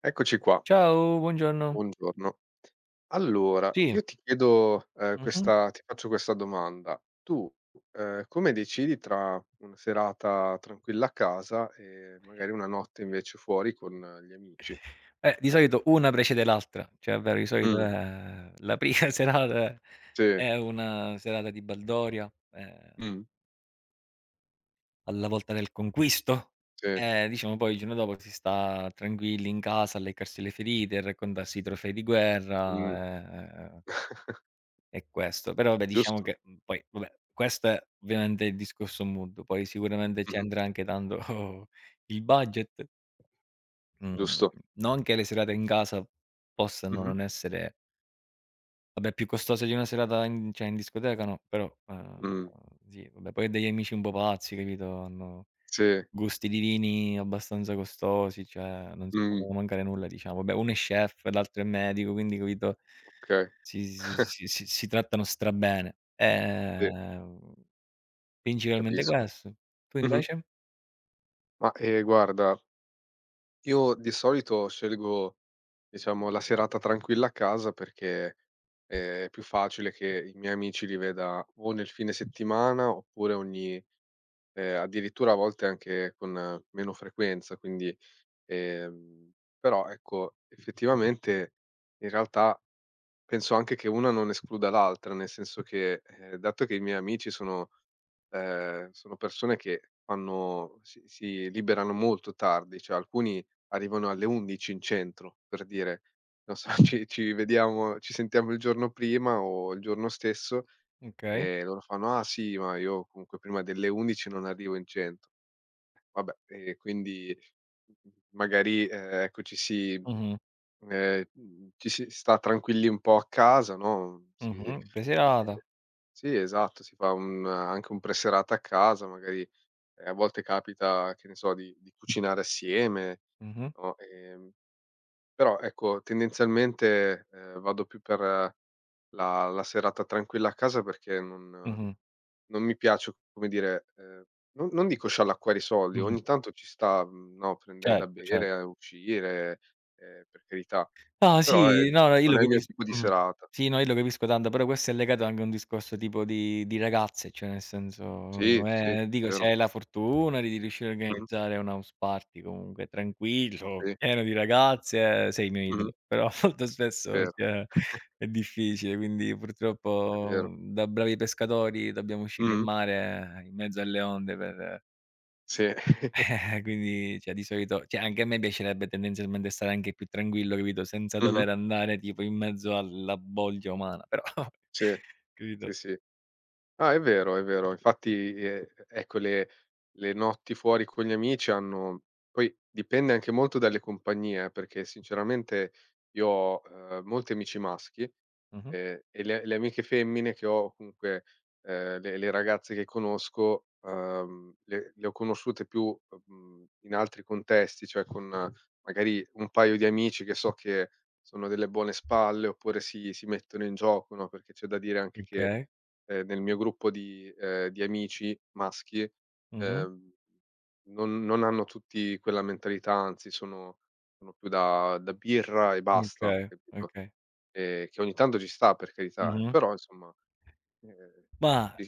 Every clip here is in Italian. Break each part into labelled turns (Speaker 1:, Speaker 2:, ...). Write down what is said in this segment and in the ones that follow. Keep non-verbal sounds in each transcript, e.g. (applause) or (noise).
Speaker 1: Eccoci qua,
Speaker 2: Ciao, buongiorno.
Speaker 1: buongiorno. Allora,
Speaker 2: Sì,
Speaker 1: io ti chiedo,
Speaker 2: mh-mh.
Speaker 1: questa ti faccio questa domanda: tu, come decidi tra una serata tranquilla a casa e magari una notte invece fuori con gli amici?
Speaker 2: Di solito una precede l'altra, cioè ovvero di solito
Speaker 1: Mh,
Speaker 2: è la prima (laughs) serata
Speaker 1: sì,
Speaker 2: è una serata di baldoria,
Speaker 1: mh,
Speaker 2: alla volta del conquisto,
Speaker 1: sì,
Speaker 2: e diciamo poi il giorno dopo si sta tranquilli in casa a leccarsi le ferite, a raccontarsi i trofei di
Speaker 1: mh,
Speaker 2: guerra, e questo. Però vabbè diciamo
Speaker 1: giusto,
Speaker 2: che, poi vabbè, questo è ovviamente il discorso mood, poi sicuramente ci
Speaker 1: mh-mh,
Speaker 2: andrà anche tanto (laughs) il budget. Mhmm,
Speaker 1: giusto,
Speaker 2: non che le serate in casa possano
Speaker 1: mh-mh,
Speaker 2: non essere vabbè più costose di una serata in cioè in discoteca no, però,
Speaker 1: mh,
Speaker 2: sì vabbè poi ho degli amici un po' pazzi, capito, hanno
Speaker 1: sì,
Speaker 2: gusti di vini abbastanza costosi, cioè non si
Speaker 1: mh,
Speaker 2: fanno mancare nulla diciamo. Vabbè uno è chef, l'altro è medico, quindi capito
Speaker 1: okay,
Speaker 2: si trattano strabene.
Speaker 1: sì,
Speaker 2: Principalmente
Speaker 1: capisco.
Speaker 2: questo. Tu
Speaker 1: Mh-mh.
Speaker 2: invece?
Speaker 1: Ma, guarda, io di solito scelgo, diciamo, la serata tranquilla a casa perché è più facile che i miei amici li veda o nel fine settimana oppure ogni addirittura a volte anche con meno frequenza, quindi ehm, però ecco effettivamente in realtà penso anche che una non escluda l'altra, nel senso che, dato che i miei amici sono sono persone che fanno si liberano molto tardi, cioè alcuni arrivano alle 11 in centro, per dire. Non so, (laughs) ci vediamo ci sentiamo il giorno prima o il giorno stesso
Speaker 2: Okay.
Speaker 1: e loro fanno: "Ah sì, ma io comunque prima delle 11 non arrivo in centro". Vabbè, e quindi, magari, ecco, ci si
Speaker 2: Mh-mh,
Speaker 1: Ehm, mhmm, ci si sta tranquilli un po' a casa, no,
Speaker 2: mh-mh, pre
Speaker 1: si
Speaker 2: serata.
Speaker 1: sì, esatto, si fa un anche un pre-serata a casa, magari, a volte capita, che ne so, di cucinare assieme,
Speaker 2: Mh-mh,
Speaker 1: no, però ecco, tendenzialmente, vado più per la serata tranquilla a casa perché
Speaker 2: mh-mh,
Speaker 1: non mi piace, come dire, non dico sciallacquare i soldi,
Speaker 2: mh-mh.
Speaker 1: ogni tanto ci sta, no, prendere da
Speaker 2: Certo, cer
Speaker 1: bere, uscire, per carità.
Speaker 2: no,
Speaker 1: Però è
Speaker 2: sì, no, no, io lo
Speaker 1: non è il mio
Speaker 2: capis
Speaker 1: tipo di
Speaker 2: mh.
Speaker 1: serata.
Speaker 2: Sì, no, io lo capisco tanto, però questo è legato anche a un discorso tipo di ragazze, cioè nel
Speaker 1: Sì,
Speaker 2: senso,
Speaker 1: sì,
Speaker 2: dico se
Speaker 1: vero.
Speaker 2: hai la fortuna di riuscire a
Speaker 1: Mh-mh.
Speaker 2: organizzare un house party comunque tranquillo,
Speaker 1: Sì.
Speaker 2: pieno di ragazze, sei il mio
Speaker 1: Mh-mh.
Speaker 2: idolo, (laughs) però molto spesso
Speaker 1: Vero. (laughs)
Speaker 2: cioè è difficile, quindi
Speaker 1: È vero.
Speaker 2: purtroppo da bravi pescatori dobbiamo uscire in
Speaker 1: Mh-mh.
Speaker 2: mare in mezzo alle onde per.
Speaker 1: Sì. (laughs)
Speaker 2: Quindi, cioè di solito cioè anche a me piacerebbe tendenzialmente stare anche più tranquillo, capito, senza
Speaker 1: Mh-mh.
Speaker 2: dover andare tipo in mezzo alla bolgia umana, però (laughs)
Speaker 1: Sì, sì,
Speaker 2: capito?
Speaker 1: sì. Ah, è vero, è vero. Infatti, ecco, le notti fuori con gli amici hanno poi dipende anche molto dalle compagnie, perché sinceramente io ho, molti amici maschi,
Speaker 2: Mh-mh.
Speaker 1: e le amiche femmine che ho, comunque, le ragazze che conosco, le ho conosciute più, in altri contesti, cioè con magari un paio di amici che so che sono delle buone spalle, oppure si mettono in gioco, no, perché c'è da dire anche che
Speaker 2: Okay.
Speaker 1: nel mio gruppo di di amici maschi,
Speaker 2: Mh-mh.
Speaker 1: ehm, non hanno tutti quella mentalità, anzi sono più da birra e basta,
Speaker 2: Okay,
Speaker 1: capito,
Speaker 2: okay.
Speaker 1: che ogni tanto ci sta per carità,
Speaker 2: Mh-mh.
Speaker 1: però insomma, ehm,
Speaker 2: Ma
Speaker 1: ci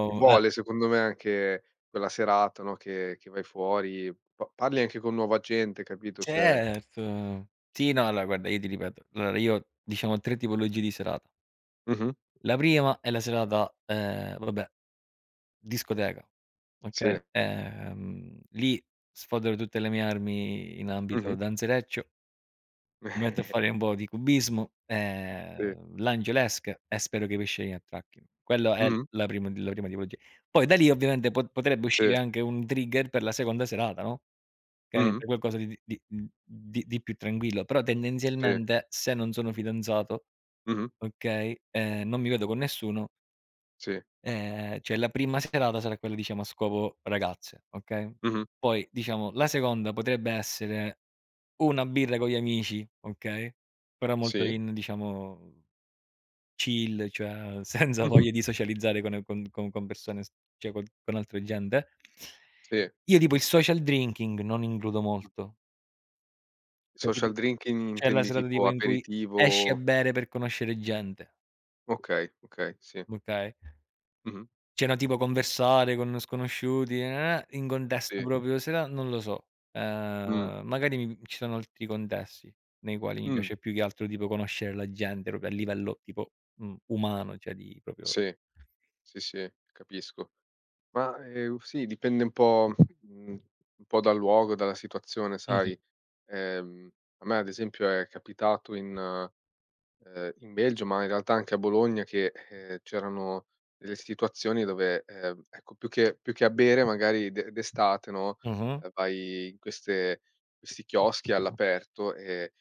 Speaker 1: ci vuole secondo me anche quella serata, no, che vai fuori, pa parli anche con nuova gente, capito, cioè
Speaker 2: certo. Sì, no, allora guarda, io ti ripeto, allora io diciamo ho 3 tipologie di serata.
Speaker 1: mh-mh,
Speaker 2: La prima è la serata, vabbè, discoteca,
Speaker 1: sì,
Speaker 2: okay? Lì sfodero tutte le mie armi in ambito
Speaker 1: mh-mh,
Speaker 2: danzereccio. Mi metto a fare
Speaker 1: (laughs)
Speaker 2: un po' di cubismo,
Speaker 1: sì,
Speaker 2: l'Angelesque e spero che i pesciolini attracchino. Quello è
Speaker 1: mh-mh,
Speaker 2: la prima tipologia. Poi da lì ovviamente potrebbe
Speaker 1: sì,
Speaker 2: uscire anche un trigger per la seconda serata, no, che
Speaker 1: mh-mh,
Speaker 2: per qualcosa di più tranquillo, però
Speaker 1: sì,
Speaker 2: tendenzialmente se non sono fidanzato,
Speaker 1: mh-mh,
Speaker 2: okay, non mi vedo con nessuno,
Speaker 1: sì,
Speaker 2: cioè la prima serata sarà quella diciamo a scopo ragazze, okay.
Speaker 1: mh-mh,
Speaker 2: Poi diciamo la seconda potrebbe essere una birra con gli amici, okay, però molto
Speaker 1: sì.
Speaker 2: in diciamo chill, cioè (laughs) senza
Speaker 1: Mh-mh.
Speaker 2: voglia di socializzare con persone, s cioè con altre gente.
Speaker 1: Sì.
Speaker 2: Io tipo il social drinking non includo
Speaker 1: Mh.
Speaker 2: molto,
Speaker 1: Social
Speaker 2: capito?
Speaker 1: drinking
Speaker 2: Cioè la
Speaker 1: intendi
Speaker 2: serata
Speaker 1: tipo
Speaker 2: tipo in cui
Speaker 1: aperitivo?
Speaker 2: esci a bere per conoscere gente,
Speaker 1: Okay, okay, sì.
Speaker 2: okay?
Speaker 1: Mh-mh.
Speaker 2: Cioè no, tipo conversare con sconosciuti, in contesto
Speaker 1: Sì.
Speaker 2: proprio sera non lo so.
Speaker 1: Mh.
Speaker 2: Magari mi ci sono altri contesti nei quali mi
Speaker 1: Mh.
Speaker 2: piace più che altro tipo conoscere la gente, proprio a livello tipo, umano, cioè di proprio
Speaker 1: Sì, sì, sì, capisco. Ma, sì, dipende un po' mhmm, un po' dal luogo, dalla situazione,
Speaker 2: mh-mh,
Speaker 1: sai. Ehm, a me ad esempio è capitato in in Belgio, ma in realtà anche a Bologna che, c'erano delle situazioni dove, ecco più che a bere magari d'estate, no,
Speaker 2: mh-mh,
Speaker 1: vai in queste questi chioschi all'aperto e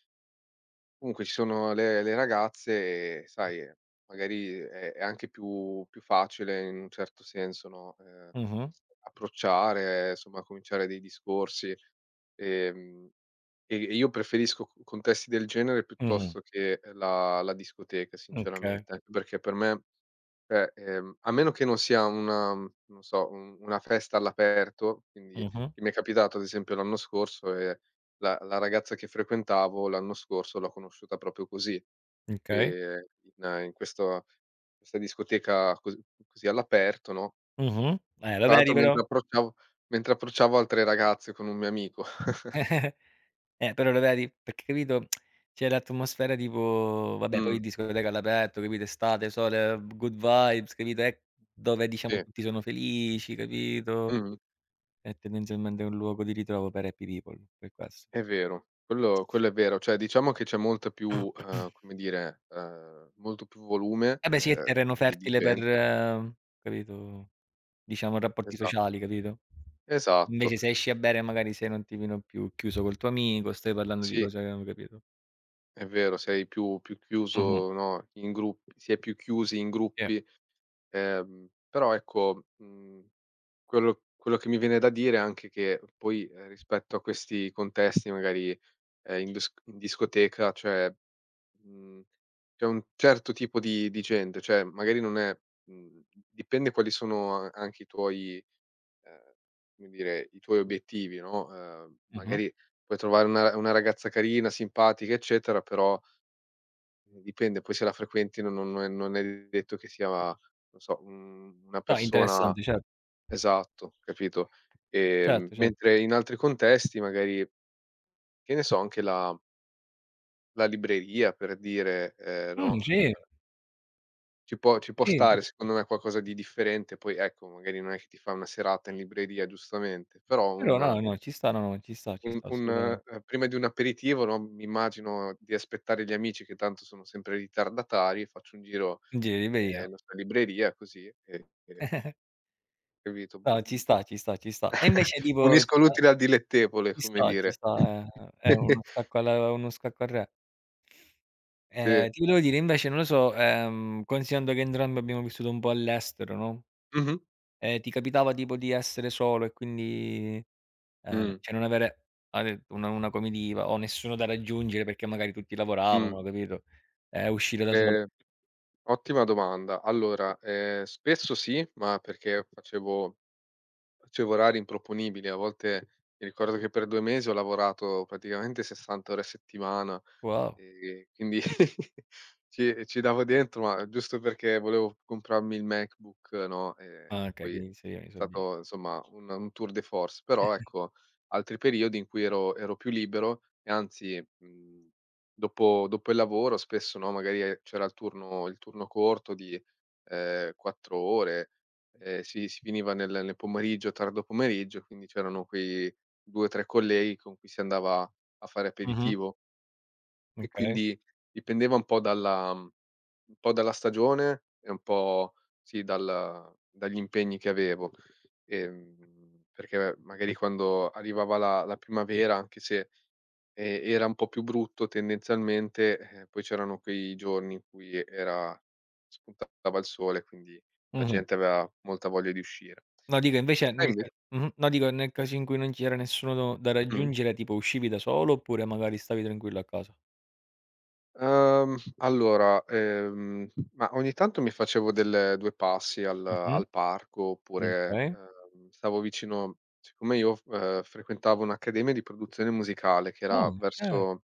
Speaker 1: comunque ci sono le ragazze e sai, magari è anche più facile in un certo senso, no,
Speaker 2: mh-mh,
Speaker 1: approcciare, somma cominciare dei discorsi. Ehm e io preferisco co contesti del genere
Speaker 2: mh-mh,
Speaker 1: piuttosto che la discoteca sinceramente,
Speaker 2: okay,
Speaker 1: anche perché per me cioè, a meno che non sia una non so, un una festa all'aperto, quindi
Speaker 2: mh-mh,
Speaker 1: che mi è capitato ad esempio l'anno scorso e la ragazza che frequentavo l'anno scorso l'ho conosciuta proprio così,
Speaker 2: okay,
Speaker 1: ehm, in questo questa discoteca così all'aperto, no,
Speaker 2: mh-mh. Lo
Speaker 1: tra
Speaker 2: vedi
Speaker 1: l'altro
Speaker 2: però?
Speaker 1: mentre approcciavo altre ragazze con un mio amico. (laughs)
Speaker 2: (laughs) Però lo vedi? Perché capito, c'è l'atmosfera tipo vabbè
Speaker 1: Mh,
Speaker 2: poi discoteca all'aperto, capito, estate, sole, good vibes, capito, è dove diciamo
Speaker 1: sì.
Speaker 2: tutti sono felici, capito,
Speaker 1: Mh-mh.
Speaker 2: è tendenzialmente un luogo di ritrovo per happy people, per questo.
Speaker 1: È vero, quello è vero. Cioè, diciamo che c'è molta più come dire, molto più volume,
Speaker 2: Eh beh sì, è terreno
Speaker 1: di
Speaker 2: fertile per
Speaker 1: gente.
Speaker 2: capito, diciamo rapporti
Speaker 1: Esatto,
Speaker 2: sociali, capito.
Speaker 1: esatto.
Speaker 2: Invece se esci a bere magari sei un attimino più chiuso col tuo amico, stai parlando di
Speaker 1: Sì,
Speaker 2: cose che non capito.
Speaker 1: è vero, sei più
Speaker 2: Mh-mh,
Speaker 1: chiuso, no, in gruppi si è più chiusi in
Speaker 2: sì.
Speaker 1: gruppi, però ecco, quello che mi viene da dire è anche che poi, rispetto a questi contesti magari, in discoteca, cioè Mhmm, c'è un certo tipo di gente, cioè magari non è mhmm, dipende quali sono a anche i tuoi ehm, come dire, i tuoi obiettivi, no,
Speaker 2: Mh-mh.
Speaker 1: magari puoi trovare una ragazza carina, simpatica, eccetera, però dipende poi se la frequenti non è detto che sia, non so, un una
Speaker 2: No,
Speaker 1: persona
Speaker 2: interessante, certo,
Speaker 1: esatto, capito?
Speaker 2: certo, cer
Speaker 1: Mentre in altri contesti magari, che ne so, anche la libreria per dire, no,
Speaker 2: sì.
Speaker 1: ci può
Speaker 2: Sì,
Speaker 1: stare. Mh. Secondo me qualcosa di differente, poi ecco, magari non è che ti fai una serata in libreria giustamente, però
Speaker 2: però no, no, ci sta, no, no, ci sta
Speaker 1: un
Speaker 2: assolutamente.
Speaker 1: prima di un aperitivo, no, mi immagino di aspettare gli amici che tanto sono sempre ritardatari, faccio un giro,
Speaker 2: Un giro di via.
Speaker 1: non so, libreria così e capito, (laughs)
Speaker 2: No, ci
Speaker 1: mhmm,
Speaker 2: sta, ci sta, ci sta. E invece tipo
Speaker 1: unisco
Speaker 2: ti ca
Speaker 1: l'utile al dilettevole, come
Speaker 2: ci
Speaker 1: dire.
Speaker 2: sta, è
Speaker 1: (laughs)
Speaker 2: uno scacco al re.
Speaker 1: Sì.
Speaker 2: Ti volevo dire invece, non lo so, considerando che entrambi abbiamo vissuto un po' all'estero, no,
Speaker 1: Mh-mh.
Speaker 2: ti capitava tipo di essere solo e quindi,
Speaker 1: Mh.
Speaker 2: cioè non avere ha detto una comitiva o nessuno da raggiungere perché magari tutti
Speaker 1: Mh.
Speaker 2: lavoravano, capito, uscire da solo.
Speaker 1: Ehm, ottima domanda. Allora, spesso sì, ma perché facevo orari improponibili, a volte mi ricordo che per 2 mesi ho lavorato praticamente 60 ore a settimana.
Speaker 2: Wow.
Speaker 1: Quindi (laughs) ci davo dentro, ma giusto perché volevo comprarmi il MacBook, no,
Speaker 2: Ah okay,
Speaker 1: poi è
Speaker 2: quindi sei isolati.
Speaker 1: stato insomma un tour de force, però ecco, altri periodi in cui ero più libero e anzi, dopo il lavoro spesso, no, magari, c'era il turno corto di, 4 ore, si finiva nel pomeriggio, tardo pomeriggio, quindi c'erano quei 2, 3 colleghi con cui si andava a fare
Speaker 2: Mh-mh,
Speaker 1: aperitivo. E
Speaker 2: okay.
Speaker 1: quindi dipendeva un po' dalla stagione e un po' sì, dal dagli impegni che avevo. Perché magari quando arrivava la primavera, anche se, era un po' più brutto tendenzialmente, poi c'erano quei giorni in cui era spuntava il sole, quindi la
Speaker 2: Mh-mh.
Speaker 1: gente aveva molta voglia di uscire.
Speaker 2: No dico
Speaker 1: Per
Speaker 2: invece
Speaker 1: te
Speaker 2: nel
Speaker 1: inve
Speaker 2: ca mh-mh, no dico nel caso in cui non c'era nessuno da
Speaker 1: mh.
Speaker 2: raggiungere, tipo uscivi da solo oppure magari stavi tranquillo a casa?
Speaker 1: Allora, ma ogni tanto mi facevo delle 2 passi
Speaker 2: Mh-mh,
Speaker 1: al parco oppure,
Speaker 2: okay.
Speaker 1: stavo vicino siccome io, frequentavo un'accademia di produzione musicale che
Speaker 2: Ah,
Speaker 1: era
Speaker 2: okay.
Speaker 1: verso,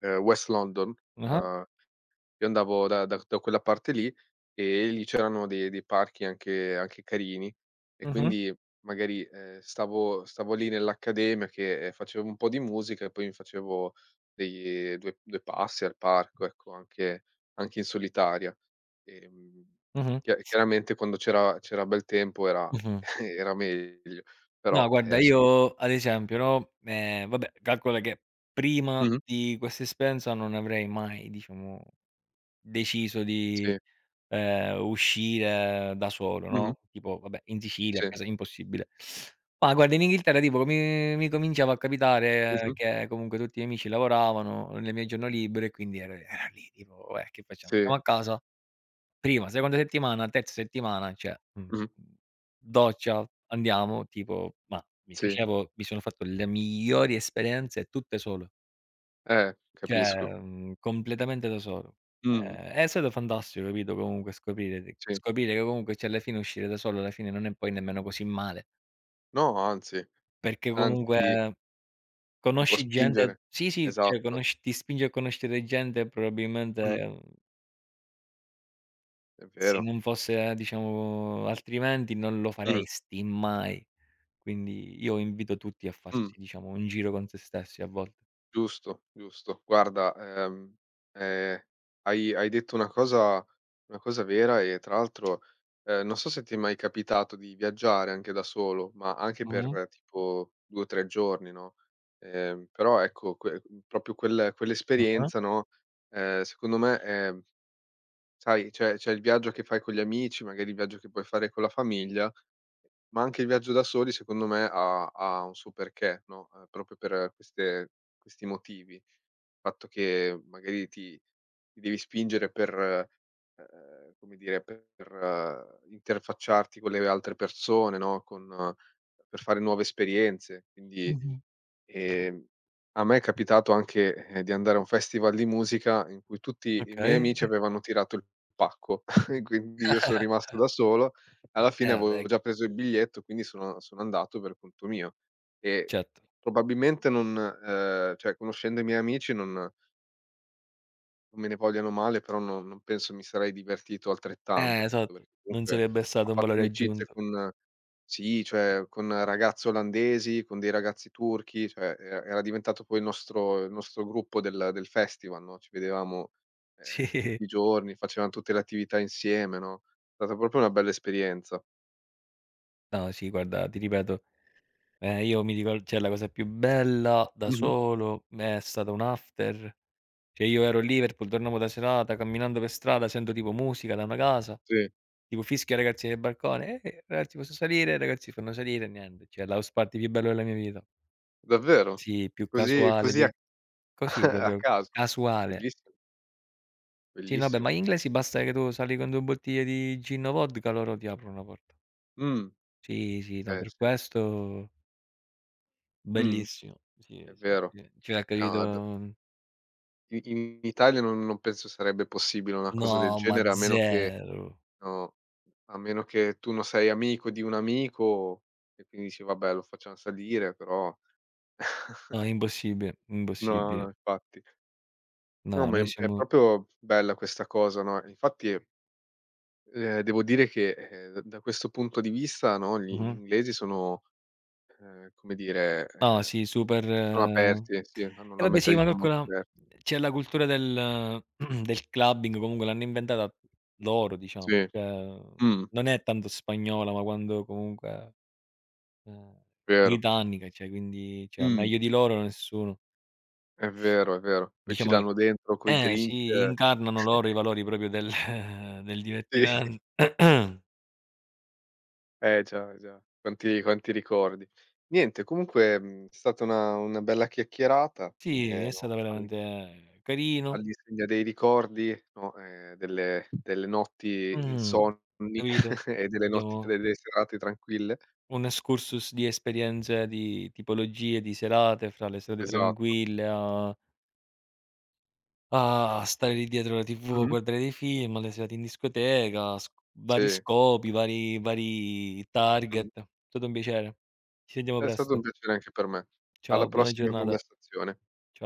Speaker 1: West London,
Speaker 2: Ah-ah,
Speaker 1: ehm io andavo da quella parte lì e lì c'erano dei parchi anche carini e
Speaker 2: mh-mh,
Speaker 1: quindi magari, stavo lì nell'accademia che, facevo un po' di musica e poi mi facevo dei 2- 2 passi al parco, ecco, anche in solitaria. Ehm,
Speaker 2: mh-mh,
Speaker 1: chiaramente quando c'era bel tempo era
Speaker 2: mh-mh.
Speaker 1: (laughs) era meglio, però,
Speaker 2: No guarda
Speaker 1: insomma
Speaker 2: io ad esempio, no, vabbè calcola che prima
Speaker 1: mh-mh,
Speaker 2: di questa esperienza non avrei mai, diciamo deciso di,
Speaker 1: sì,
Speaker 2: uscire da solo,
Speaker 1: mh-mh,
Speaker 2: no, tipo vabbè in Sicilia a
Speaker 1: sì,
Speaker 2: casa impossibile. Ma guarda in Inghilterra tipo mi cominciava a capitare
Speaker 1: mh-mh,
Speaker 2: che comunque tutti i miei amici lavoravano nel mio giorno libero e quindi ero era lì tipo: che facciamo?
Speaker 1: sì,
Speaker 2: Stiamo a casa?" Prima, seconda settimana, terza settimana, cioè,
Speaker 1: mh-mh,
Speaker 2: doccia, andiamo, tipo, ma
Speaker 1: sì,
Speaker 2: mi sono fatto le migliori esperienze tutte solo. Cioè,
Speaker 1: capisco.
Speaker 2: completamente da solo. Ehm,
Speaker 1: Mh-mh,
Speaker 2: è stato fantastico, capito, comunque
Speaker 1: sì.
Speaker 2: scoprire che comunque, cioè, alla fine uscire da solo alla fine non è poi nemmeno così male,
Speaker 1: No,
Speaker 2: perché
Speaker 1: anzi
Speaker 2: comunque
Speaker 1: ti può
Speaker 2: conosci gente
Speaker 1: spingere.
Speaker 2: sì, sì, cioè
Speaker 1: Esatto.
Speaker 2: conosci ti spinge a conoscere gente
Speaker 1: Mh,
Speaker 2: probabilmente,
Speaker 1: è
Speaker 2: se
Speaker 1: vero.
Speaker 2: non fosse, diciamo altrimenti non lo
Speaker 1: Mh,
Speaker 2: faresti mai. Quindi io invito tutti a
Speaker 1: mh,
Speaker 2: farsi, diciamo, un giro con se stessi a volte.
Speaker 1: giusto, giusto. Guarda, ehm, hai detto una cosa vera e tra l'altro, non so se ti è mai capitato di viaggiare anche da solo, ma anche per
Speaker 2: Mh-mh.
Speaker 1: tipo 2 o 3 giorni, no, però ecco proprio
Speaker 2: Ah-ah.
Speaker 1: quell'esperienza, no, secondo me, sai, c'è il viaggio che fai con gli amici, magari il viaggio che puoi fare con la famiglia. Ma anche il viaggio da soli secondo me ha un suo perché, no, proprio per queste questi motivi. Il fatto che magari ti devi spingere per, come dire, per interfacciarti con le altre persone, no, con per fare nuove esperienze, quindi
Speaker 2: Mh-mh.
Speaker 1: Ehm, a me è capitato anche, di andare a un festival di musica in cui tutti i miei
Speaker 2: Okay.
Speaker 1: amici avevano tirato il pacco, (laughs) e quindi io son rimasto da solo. Alla fine
Speaker 2: Eh
Speaker 1: avevo
Speaker 2: vabbè
Speaker 1: già
Speaker 2: che
Speaker 1: preso il biglietto, quindi sono andato per conto mio e
Speaker 2: certo.
Speaker 1: probabilmente non cioè conoscendo i miei amici non me ne vogliano male, però non penso mi sarei divertito altrettanto,
Speaker 2: Esatto.
Speaker 1: perché
Speaker 2: Non
Speaker 1: comunque
Speaker 2: sarebbe
Speaker 1: ho
Speaker 2: stato un
Speaker 1: fatto
Speaker 2: valore
Speaker 1: amicizie
Speaker 2: aggiunto. (laughs)
Speaker 1: con sì, cioè con ragazze olandesi, con dei ragazzi turchi, cioè era diventato poi il nostro gruppo del festival, no, ci vedevamo,
Speaker 2: Sì.
Speaker 1: tutti i giorni, facevamo tutte le attività insieme, no, è stata proprio una bella esperienza.
Speaker 2: No, sì, guarda, ti ripeto, io mi ricor cioè la cosa più bella da
Speaker 1: Mh-mh.
Speaker 2: solo è stato un after. Cioè io ero a Liverpool, tornavo da serata, camminando per strada sento tipo musica da una casa,
Speaker 1: Sì,
Speaker 2: tipo fischia ragazzi del balcone: ragazzi posso salire?" I ragazzi fanno salire e niente, cioè l'house party più bello della mia vita.
Speaker 1: davvero.
Speaker 2: Sì, più
Speaker 1: Così
Speaker 2: casuale
Speaker 1: così a
Speaker 2: di così
Speaker 1: (laughs) a
Speaker 2: proprio,
Speaker 1: caso.
Speaker 2: casuale.
Speaker 1: Bellissimo,
Speaker 2: Sì, no, vabbè, ma
Speaker 1: bellissimo.
Speaker 2: gli inglesi basta che tu sali con 2 bottiglie di gin o vodka, loro ti aprono la porta.
Speaker 1: Mh,
Speaker 2: Sì, sì, no,
Speaker 1: eh
Speaker 2: per
Speaker 1: sì,
Speaker 2: questo
Speaker 1: mh,
Speaker 2: bellissimo. Sì,
Speaker 1: è
Speaker 2: sì,
Speaker 1: vero.
Speaker 2: sì. Cioè
Speaker 1: Ah, d
Speaker 2: capito
Speaker 1: i in Italia non penso sarebbe possibile una cosa del
Speaker 2: no, ma
Speaker 1: genere,
Speaker 2: zero.
Speaker 1: no, a meno che tu non sei amico di un amico e quindi dici: "Vabbè, lo facciam salire", però (laughs)
Speaker 2: No, impossibile,
Speaker 1: no, no,
Speaker 2: impossibile.
Speaker 1: infatti. No,
Speaker 2: No,
Speaker 1: ma
Speaker 2: noi
Speaker 1: è
Speaker 2: siamo
Speaker 1: proprio bella questa cosa, no, infatti, devo dire che, d da questo punto di vista, no, gli
Speaker 2: mh-mh.
Speaker 1: inglesi sono, ehm, come dire,
Speaker 2: No,
Speaker 1: ehm,
Speaker 2: sì, super
Speaker 1: sono aperti, sì, hanno
Speaker 2: e
Speaker 1: una
Speaker 2: vabbè sì, ma
Speaker 1: mentalità molto
Speaker 2: calcola
Speaker 1: aperta.
Speaker 2: c'è la cultura del (clears throat) del clubbing, comunque l'hanno inventata loro diciamo,
Speaker 1: Sì,
Speaker 2: cioè
Speaker 1: mh,
Speaker 2: non è tanto spagnola, ma quando comunque, ehm,
Speaker 1: vero.
Speaker 2: britannica, cioè quindi cioè
Speaker 1: Mh.
Speaker 2: meglio di loro nessuno.
Speaker 1: È vero, è vero. Poi ci
Speaker 2: Diciamo
Speaker 1: danno dentro coi
Speaker 2: Eh
Speaker 1: drink.
Speaker 2: sì, incarnano loro i
Speaker 1: (laughs)
Speaker 2: valori proprio del (laughs) del
Speaker 1: Sì,
Speaker 2: divertimen (clears throat) (coughs)
Speaker 1: eh già, già. Quanti quanti ricordi. Niente, comunque, è stata una bella chiacchierata,
Speaker 2: Sì, è
Speaker 1: no,
Speaker 2: stato veramente carino.
Speaker 1: all'insegna dei ricordi, no, delle notti
Speaker 2: Mh-mh.
Speaker 1: insonni
Speaker 2: Capito?
Speaker 1: (laughs) e delle notti tra
Speaker 2: Abbiamo
Speaker 1: delle serate tranquille.
Speaker 2: un excursus di esperienze, di tipologie, di serate, fra le serate
Speaker 1: Esatto.
Speaker 2: tranquille a stare lì dietro la TV a
Speaker 1: Mh-mh.
Speaker 2: guardare dei film, alle serate in discoteca, sc
Speaker 1: Sì.
Speaker 2: vari scopi, vari
Speaker 1: Mh-mh.
Speaker 2: target. È stato un piacere. Ci sentiamo
Speaker 1: È stato un
Speaker 2: presto.
Speaker 1: piacere anche per me. Alla
Speaker 2: Ciao, buona
Speaker 1: prossima
Speaker 2: giornata.
Speaker 1: conversazione.